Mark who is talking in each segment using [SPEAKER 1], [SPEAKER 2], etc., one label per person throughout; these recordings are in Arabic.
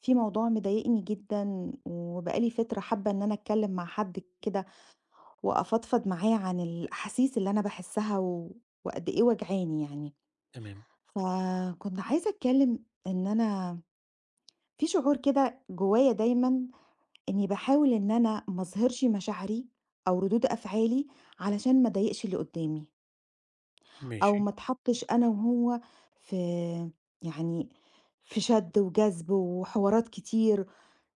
[SPEAKER 1] في موضوع مضايقني جدًا، وبقالي فترة حابة إن أنا أتكلم مع حد كده وأفضفض معاه عن الأحاسيس اللي أنا باحسها و وقد إيه واجعاني يعني.
[SPEAKER 2] تمام،
[SPEAKER 1] فكنت عايزة أتكلم إن أنا في شعور كده جوايا دايمًا إني باحاول إن أنا ما أظهرش مشاعري أو ردود أفعالي علشان ما أضايقش اللي قدامي، أو
[SPEAKER 2] ماشي،
[SPEAKER 1] ما اتحطش أنا وهو في يعني في شد وجذب وحوارات كتير.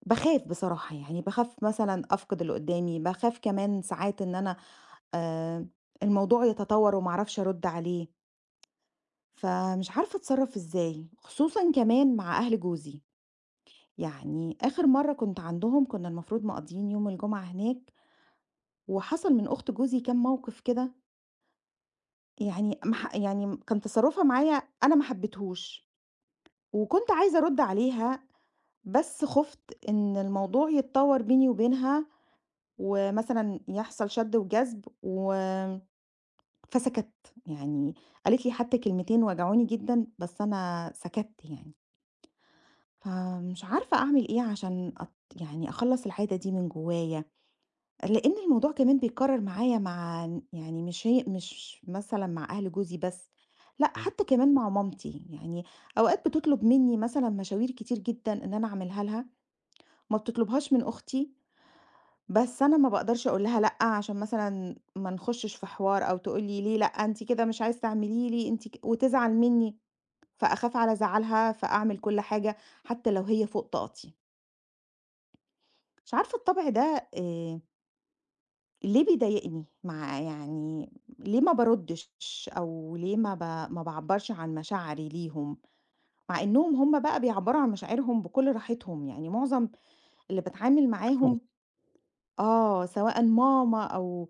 [SPEAKER 1] باخاف بصراحة، يعني باخاف مثلًا أفقد اللي قدّامي، باخاف كمان ساعات إن أنا آآ الموضوع يتطور وما أعرفش أرُد عليه، فمش عارفة أتصرّف إزاي، خصوصًا كمان مع أهل جوزي. يعني آخر مرّة كنت عندهم كنا المفروض مقضّيين يوم الجمعة هناك، وحصل من أخت جوزي كام موقف كده، يعني ما ح يعني كان تصرُّفها معايا أنا ما حبيتهوش، وكنت عايزة أرُد عليها بس خُفت إن الموضوع يتطوّر بيني وبينها ومثلًا يحصل شَد وجذب فسكَتّ. يعني قالت لي حتى كلمتين وجعوني جدًا، بس أنا سكَتّ يعني. فمش عارفة أعمل إيه عشان أت يعني أخلّص العادة دي من جوايا، لإن الموضوع كمان بيتكرر معايا مع ن يعني مش هي مش مثلًا مع أهل جوزي بس، لأ
[SPEAKER 2] تمام،
[SPEAKER 1] حتى كمان مع مامتي. يعني أوقات بتطلب منّي مثلًا مشاوير كتير جدًا إن أنا أعملها لها، ما بتطلبهاش من أختي، بس أنا ما باقدرش أقول لها لأ، عشان مثلًا ما نخشش في حوار أو تقول لي ليه لأ، أنتِ كده مش عايزة تعملي لي أنتِ ك وتزعل منّي، فأخاف على زعلها، فأعمل كل حاجة حتى لو هي فوق طاقتي. مش عارفة الطبع ده ليه بيضايقني؟ مع يعني ليه ما باردش أو ليه ما باعبّرش عن مشاعري ليهم، مع إنّهم هم بقى بيعبّروا عن مشاعرهم بكل راحتهم، يعني معظم اللي باتعامل
[SPEAKER 2] مفهوم،
[SPEAKER 1] معاهم. آه، سواء ماما أو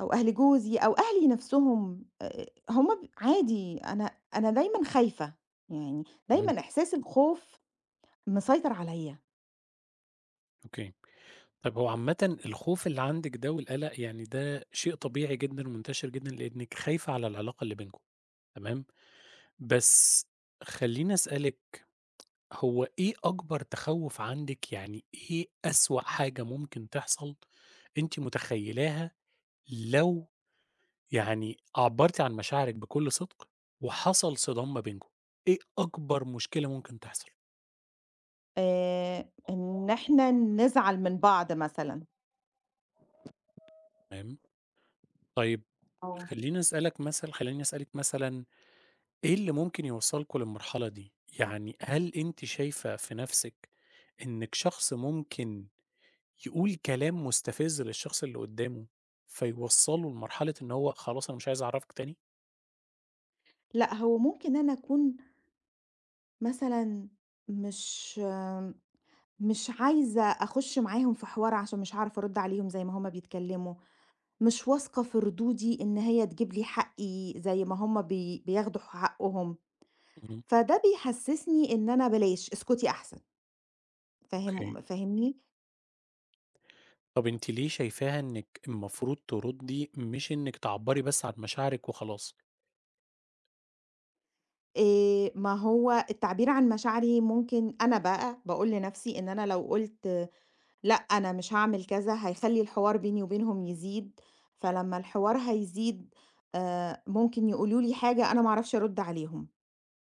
[SPEAKER 1] أو أهل جوزي أو أهلي نفسهم، هم ب عادي، أنا دايمًا خايفة، يعني
[SPEAKER 2] اهم،
[SPEAKER 1] دايمًا إحساس الخوف مسيطر عليَّ.
[SPEAKER 2] أوكي. طيب هو عامةً الخوف اللي عندِك ده والقلق يعني ده شيء طبيعي جدًا ومنتشر جدًا، لإنِّك خايفة على العلاقة اللي بينكم، تمام؟ بس خلّيني أسألِك هو إيه أكبر تخوُّف عندِك، يعني إيه أسوأ حاجة ممكن تحصل أنتِ متخيّلاها لو يعني عبّرتِ عن مشاعرِك بكل صدق وحصل صدام ما بينكم، إيه أكبر مشكلة ممكن تحصل؟
[SPEAKER 1] إن إحنا نزعل من بعض مثلًا.
[SPEAKER 2] فاهمني؟ طيب
[SPEAKER 1] آه.
[SPEAKER 2] خلّيني أسألك مثلًا خلّيني أسألِك مثلًا إيه اللي ممكن يوصّلكم للمرحلة دي؟ يعني هل أنتِ شايفة في نَفْسِك إنِّك شخص ممكن يقول كلام مستفز للشخص اللي قدّامه، فيوصّله لمرحلة إن هو خلاص أنا مش عايز أعرفِك تاني؟
[SPEAKER 1] لأ هو ممكن أنا أكون مثلًا مش مش عايزة أخش معاهم في حوار عشان مش هاعرف أرد عليهم زي ما هم بيتكلموا، مش واثقة في ردودي إن هي تجيب لي حقي زي ما هم بياخدوا حقهم.
[SPEAKER 2] اهم،
[SPEAKER 1] فده بيحسسني إن أنا بلاش، اسكتي أحسن،
[SPEAKER 2] أوكي.
[SPEAKER 1] فاهمني؟
[SPEAKER 2] طَب أنتِ ليه شايفاها إنِّك المفروض تردّي مش إنِّك تعبّري بس عن مشاعرِك وخلاص؟
[SPEAKER 1] ما هو التعبير عن مشاعري ممكن أنا بقى باقول لنفسي إن أنا لو قُلت لأ، أنا مش هاعمل كذا، هيخلّي الحوار بيني وبينهم يزيد، فلمّا الحوار هيزيد ممكن يقولوا لي حاجة أنا ما أعرفش أرُد عليهم،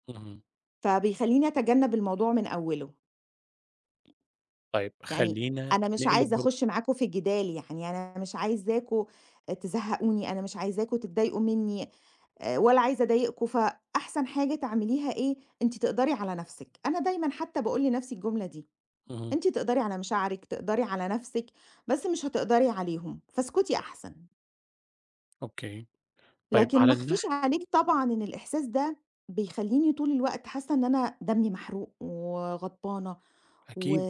[SPEAKER 2] اهم.
[SPEAKER 1] فبيخلّيني أتجنب الموضوع من أوله.
[SPEAKER 2] طيب
[SPEAKER 1] يعني
[SPEAKER 2] خلّينا
[SPEAKER 1] أنا مش
[SPEAKER 2] نقلب
[SPEAKER 1] عايزة
[SPEAKER 2] برضه
[SPEAKER 1] أخُش معاكم في جدال يعني، أنا مش عايزاكم تزهّقوني، أنا مش عايزاكم تتضايقوا منّي ولا عايزة أضايقكم، فأحسن حاجة تعمليها إيه، أنتِ تقدري على نَفْسِك. أنا دايمًا حتّى باقول لنَفْسي الجملة دي،
[SPEAKER 2] اهم،
[SPEAKER 1] أنتِ تقدري على مشاعرِك، تقدري على نَفْسِك، بس مش هتقدري عليهم، فاسكتي أحسن.
[SPEAKER 2] أوكي. طيب
[SPEAKER 1] لكن
[SPEAKER 2] على
[SPEAKER 1] ما اخفيش
[SPEAKER 2] الناح
[SPEAKER 1] عليك طبعًا إن الإحساس ده بيخلّيني طول الوقت حاسة إن أنا دمي محروق وغضبانة. و
[SPEAKER 2] أكيد،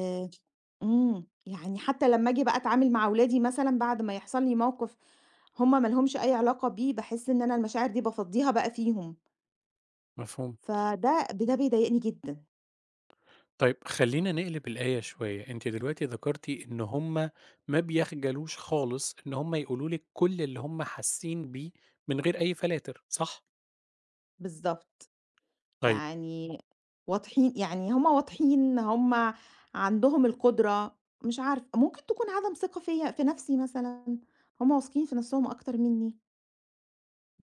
[SPEAKER 1] إمم، يعني حتى لمّا آجي بقى أتعامل مع ولادي مثلًا بعد ما يحصل لي موقف هم ما لهمش أي علاقة بيه، باحس إن أنا المشاعر دي بافضّيها بقى فيهم،
[SPEAKER 2] مفهوم.
[SPEAKER 1] فده ب ده بيضايقني جدًا.
[SPEAKER 2] طيب خلّينا نقلب الآية شوية، أنتِ دلوقتي ذكرتِ إن هُم ما بيخجلوش خالص إن هُم يقولوا لِك كل اللي هُم حاسين بيه من غير أي فلاتر، صح؟
[SPEAKER 1] بالضبط.
[SPEAKER 2] طيب
[SPEAKER 1] يعني واضحين يعني هم واضحين، هم عندهم القدرة. مش عارفة، ممكن تكون عدم ثقة فيّا في نَفْسي مثلًا، هم واثقين في نَفْسهم أكتر منّي.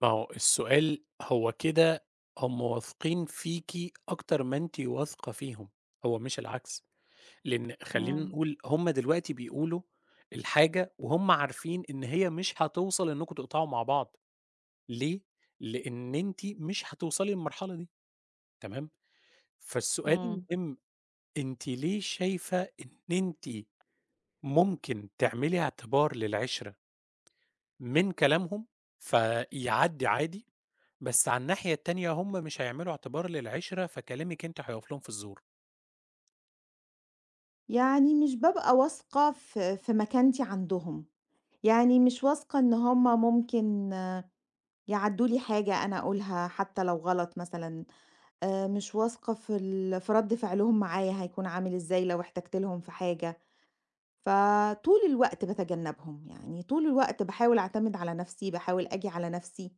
[SPEAKER 2] ما هو السؤال هو كده هُم واثقين فيكِ أكتر ما أنتِ واثقة فيهم، هو مش العكس، لإن خلّينا
[SPEAKER 1] إمم،
[SPEAKER 2] نقول هُم دلوقتي بيقولوا الحاجة وهُم عارفين إن هي مش هتوصل إنكم تقطعوا مع بعض، ليه؟ لإن أنتِ مش هتوصلي للمرحلة دي، تمام؟ فالسؤال
[SPEAKER 1] إمم.
[SPEAKER 2] المهم أنتِ ليه شايفة إن أنتِ ممكن تعملي اعتبار للعِشرة من كلامهم، فيعدّي عادي، بس على الناحية التانية هم مش هيعملوا اعتبار للعِشرة، فكلامِك أنتِ هيقف لهم في الزور.
[SPEAKER 1] يعني مش بابقى واثقة في مكانتي عندهم، يعني مش واثقة إن هم ممكن يعدّوا لي حاجة أنا أقولها حتى لو غلط مثلًا، مش واثقة في رَد فعلهم معايا هيكون عامل إزاي لو احتجت لهم في حاجة. فطول الوقت باتجنّبهم، يعني طول الوقت باحاول أعتمد على نَفْسي، باحاول آجي على نَفْسي،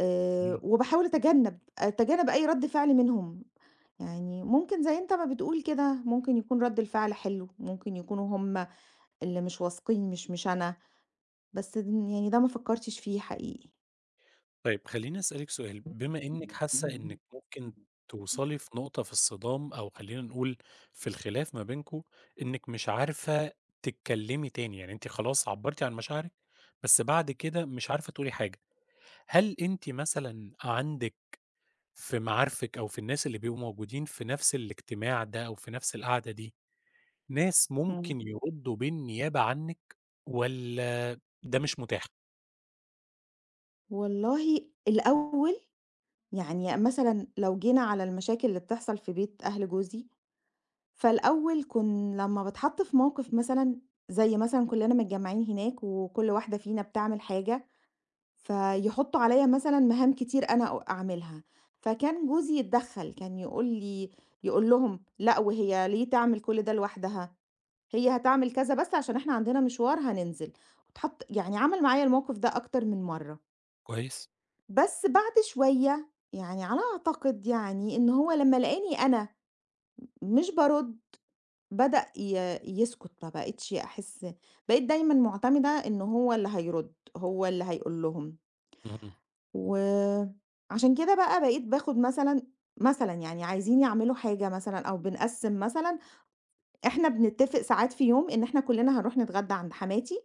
[SPEAKER 2] اهم.
[SPEAKER 1] وباحاول أتجنّب أي رَد فعل منهم. يعني ممكن زي أنت ما بتقول كده، ممكن يكون رَد الفعل حلو، ممكن يكونوا هم اللي مش واثقين مش أنا، بس د يعني ده ما فكّرتش فيه حقيقي.
[SPEAKER 2] طيب خلّيني أسألِك سؤال، بما إنِّك حاسة إنِّك ممكن توصلي في نقطة في الصِّدام أو خلّينا نقول في الخلاف ما بينكم، إنِّك مش عارفة تتكلّمي تاني، يعني أنتِ خلاص عبّرتِ عن مشاعرِك، بس بعد كده مش عارفة تقولي حاجة، هل أنتِ مثلًا عندِك في معارفِك أو في الناس اللي بيبقوا موجودين في نفس الاجتماع ده أو في نفس القعدة دي، ناس
[SPEAKER 1] إمم.
[SPEAKER 2] ممكن يردّوا بالنيابة عنِّك والّا ده مش متاح؟
[SPEAKER 1] والله الأول، يعني مثلًا لو جينا على المشاكل اللي بتحصل في بيت أهل جوزي، فالأول لمّا باتحط في موقف مثلًا، زي مثلًا كلّنا متجمّعين هناك وكل واحدة فينا بتعمل حاجة، فيحطّوا عليّا مثلًا مهام كتير أنا أعملها، فكان جوزي يتدخّل، كان يقول لهم: "لأ وهي ليه تعمل كل ده لوحدها؟ هي هتعمل كذا بس عشان إحنا عندنا مشوار هننزل." واتحط يعني عمل معايا الموقف ده أكتر من مرّة.
[SPEAKER 2] كويس.
[SPEAKER 1] بس بعد شوية، يعني على أعتقد يعني إن هو لمّا لقاني أنا مش بارُد بدأ يسكت، ما بقيتش أحس بقيت دايمًا مُعتمدة إن هو اللي هيرُد، هو اللي هيقول لهم.
[SPEAKER 2] اهم،
[SPEAKER 1] وعشان كده بقى بقيت باخد مثلًا يعني عايزين يعملوا حاجة مثلًا أو بنقسّم مثلًا، إحنا بنتفق ساعات في يوم إن إحنا كُلّنا هنروح نتغدى عند حماتي،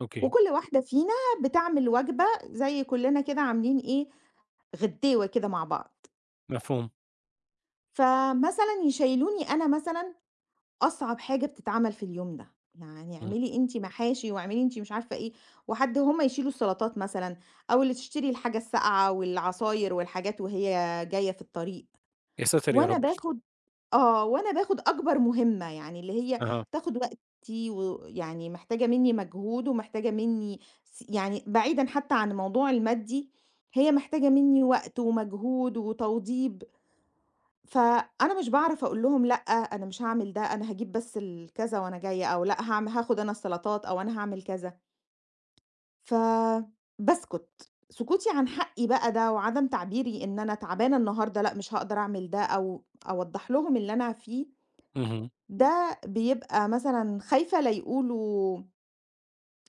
[SPEAKER 2] أوكي،
[SPEAKER 1] وكل واحدة فينا بتعمل وجبة، زي كُلّنا كده عاملين إيه غدّيوة كده مع بعض،
[SPEAKER 2] مفهوم،
[SPEAKER 1] فمثلًا يشيّلوني أنا مثلًا أصعب حاجة بتتعمل في اليوم ده، يعني
[SPEAKER 2] إمم،
[SPEAKER 1] اعملي أنتِ محاشي واعملي أنتِ مش عارفة إيه، وحد هُم يشيلوا السلطات مثلًا، أو اللي تشتري الحاجة الساقعة والعصاير والحاجات وهي جاية في الطريق،
[SPEAKER 2] يا ساتر يا
[SPEAKER 1] وأنا
[SPEAKER 2] رب!
[SPEAKER 1] باخد آه، وأنا باخد أكبر مهمة، يعني اللي هي
[SPEAKER 2] أها،
[SPEAKER 1] تاخد وقتي، ويعني محتاجة منّي مجهود ومحتاجة منّي س يعني بعيدًا حتى عن الموضوع المادي، هي محتاجة منّي وقت ومجهود وتوضيب. فأنا مش باعرف أقول لهم لأ، أنا مش هاعمل ده، أنا هاجيب بس الكذا وأنا جاية، أو لأ هاخد أنا السلطات، أو أنا هاعمل كذا، فباسكت. سكوتي عن حقي بقى ده وعدم تعبيري إن أنا تعبانة النهارده، لأ مش هاقدر أعمل ده، أو أوضّح لهم اللي أنا فيه،
[SPEAKER 2] اهم.
[SPEAKER 1] ده بيبقى مثلًا خايفة لا يقولوا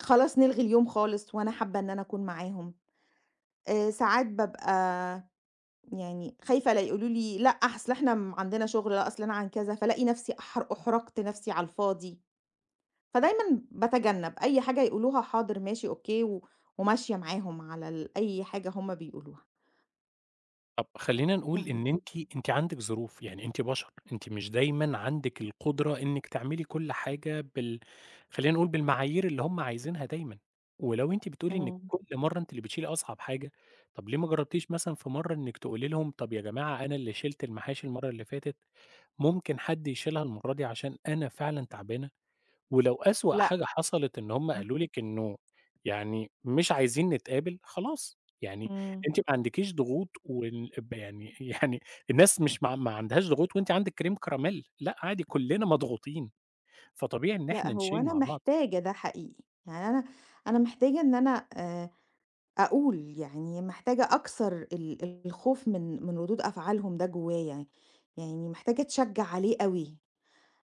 [SPEAKER 1] خلاص نلغي اليوم خالص وأنا حابة إن أنا أكون معاهم. ساعات بابقى يعني خايفة لا يقولوا لي لأ، أصل إحنا عندنا شغل، لأ، أصل أنا عن كذا، فالاقي نفسي أحرجت نفسي على الفاضي، فدايمًا باتجنب أي حاجة يقولوها حاضر ماشي أوكي، وماشية معاهم على أي حاجة هُم بيقولوها.
[SPEAKER 2] طب خلّينا نقول إن
[SPEAKER 1] فاهمة،
[SPEAKER 2] أنتِ أنتِ عندِك ظروف، يعني أنتِ بشر، أنتِ مش دايمًا عندِك القدرة إنِّك تعملي كل حاجة خلّينا نقول بالمعايير اللي هم عايزينها دايمًا، ولو أنتِ بتقولي إنِّك
[SPEAKER 1] إمم.
[SPEAKER 2] كل مرّة أنتِ اللي بتشيلي أصعب حاجة، طب ليه ما جرّبتيش مثلًا في مرّة إنِّك تقولي لهم طب يا جماعة أنا اللي شِلت المحاشي المرّة اللي فاتت، ممكن حد يشيلها المرّة دي عشان أنا فعلًا تعبانة؟ ولو أسوأ
[SPEAKER 1] لأ،
[SPEAKER 2] حاجة حصلت إن هم قالوا لِك إنه يعني مش عايزين نتقابل، خلاص، يعني
[SPEAKER 1] إمم،
[SPEAKER 2] أنتِ ما عندكيش ضغوط وال ب يعني يعني الناس مش ما عندهاش ضغوط وأنتِ عندِك كريم كراميل، لأ عادي كلنا مضغوطين، فطبيعي إن
[SPEAKER 1] لأ،
[SPEAKER 2] إحنا
[SPEAKER 1] هو
[SPEAKER 2] نشيل
[SPEAKER 1] أنا
[SPEAKER 2] مع بعض،
[SPEAKER 1] محتاجة ده حقيقي، يعني أنا محتاجة إن أنا، أقول يعني محتاجة أكسر الخوف من ردود أفعالهم ده جوايا، يعني محتاجة أتشجع عليه أوي.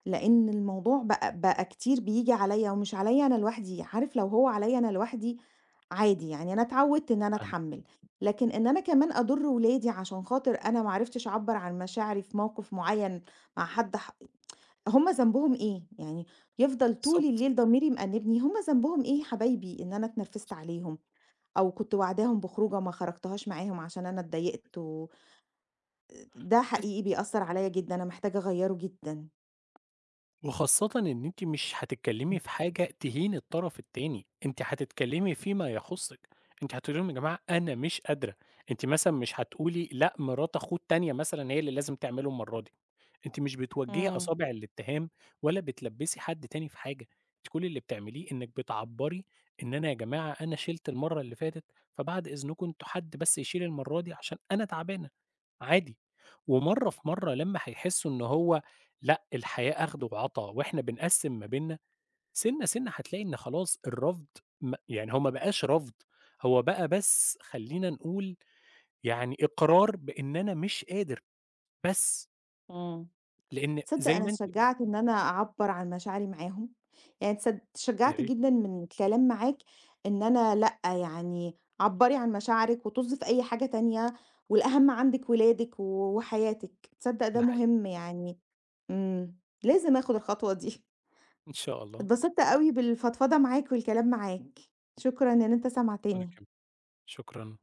[SPEAKER 1] لإن الموضوع بقى كتير بييجي عليّا ومش عليّا أنا لوحدي، عارف لو هو عليّا أنا لوحدي عادي، يعني أنا اتعودت إن أنا
[SPEAKER 2] أم
[SPEAKER 1] أتحمّل، لكن إن أنا كمان أضُر ولادي عشان خاطر أنا ما عرفتش أعبّر عن مشاعري في موقف معيّن مع حد هم ذنبهم إيه؟ يعني يفضل طول
[SPEAKER 2] بالضبط،
[SPEAKER 1] الليل ضميري مأنّبني، هم ذنبهم إيه يا حبايبي إن أنا اتنرفزت عليهم أو كنت واعداهم بخروجة ما خرجتهاش معاهم عشان أنا اتضايقت، ده
[SPEAKER 2] بس
[SPEAKER 1] حقيقي بيأثّر عليّا جدًا، أنا محتاجة أغيّره جدًا.
[SPEAKER 2] وخاصةً إن أنتِ مش هتتكلمي في حاجة تهين الطرف التاني، أنتِ هتتكلمي فيما يخصِّك، أنتِ هتقولي لهم يا جماعة أنا مش قادرة، أنتِ مثلًا مش هتقولي لأ مرات أخوه التانية مثلًا هي اللي لازم تعمله المرة دي. أنتِ مش بتوجّهي
[SPEAKER 1] إمم،
[SPEAKER 2] أصابع الاتهام ولا بتلبّسي حد تاني في حاجة، أنتِ كل اللي بتعمليه إنِّك بتعبّري إن أنا يا جماعة أنا شِلت المَرّة اللي فاتت، فبعد إذنكم أنتم حد بس يشيل المَرّة دي عشان أنا تعبانة، عادي. ومَرّة في مَرّة لمّا هيحسّوا إن هو لأ، الحياة أخْد وعَطا وإحنا بنقسّم ما بيننا، سِنّة، سِنّة هتلاقي إن خلاص الرفض يعني هو ما بقاش رفض، هو بقى بس خلّينا نقول يعني إقرار بإن أنا مش قادر بس،
[SPEAKER 1] إمم.
[SPEAKER 2] لإن
[SPEAKER 1] تصدّق
[SPEAKER 2] زي
[SPEAKER 1] أنا
[SPEAKER 2] ما أنتِ قُلتِ
[SPEAKER 1] اتشجّعت إن أنا أعبّر عن مشاعري معاهم، يعني
[SPEAKER 2] يا
[SPEAKER 1] اتشجّعت
[SPEAKER 2] ريت.
[SPEAKER 1] جدًا من الكلام معاك، إن أنا لأ، يعني عبّري عن مشاعرِك وطُز في أي حاجة تانية، والأهم عندِك ولادِك وحياتِك، تصدّق ده
[SPEAKER 2] ده حقيقي،
[SPEAKER 1] مهم يعني. إمم، لازم آخُد الخطوة دي.
[SPEAKER 2] إن شاء الله،
[SPEAKER 1] اتبسطت أوي بالفضفضة معاك والكلام معاك، شكرًا إن أنت
[SPEAKER 2] وأنا
[SPEAKER 1] سمعتني.
[SPEAKER 2] كمان، شكرًا.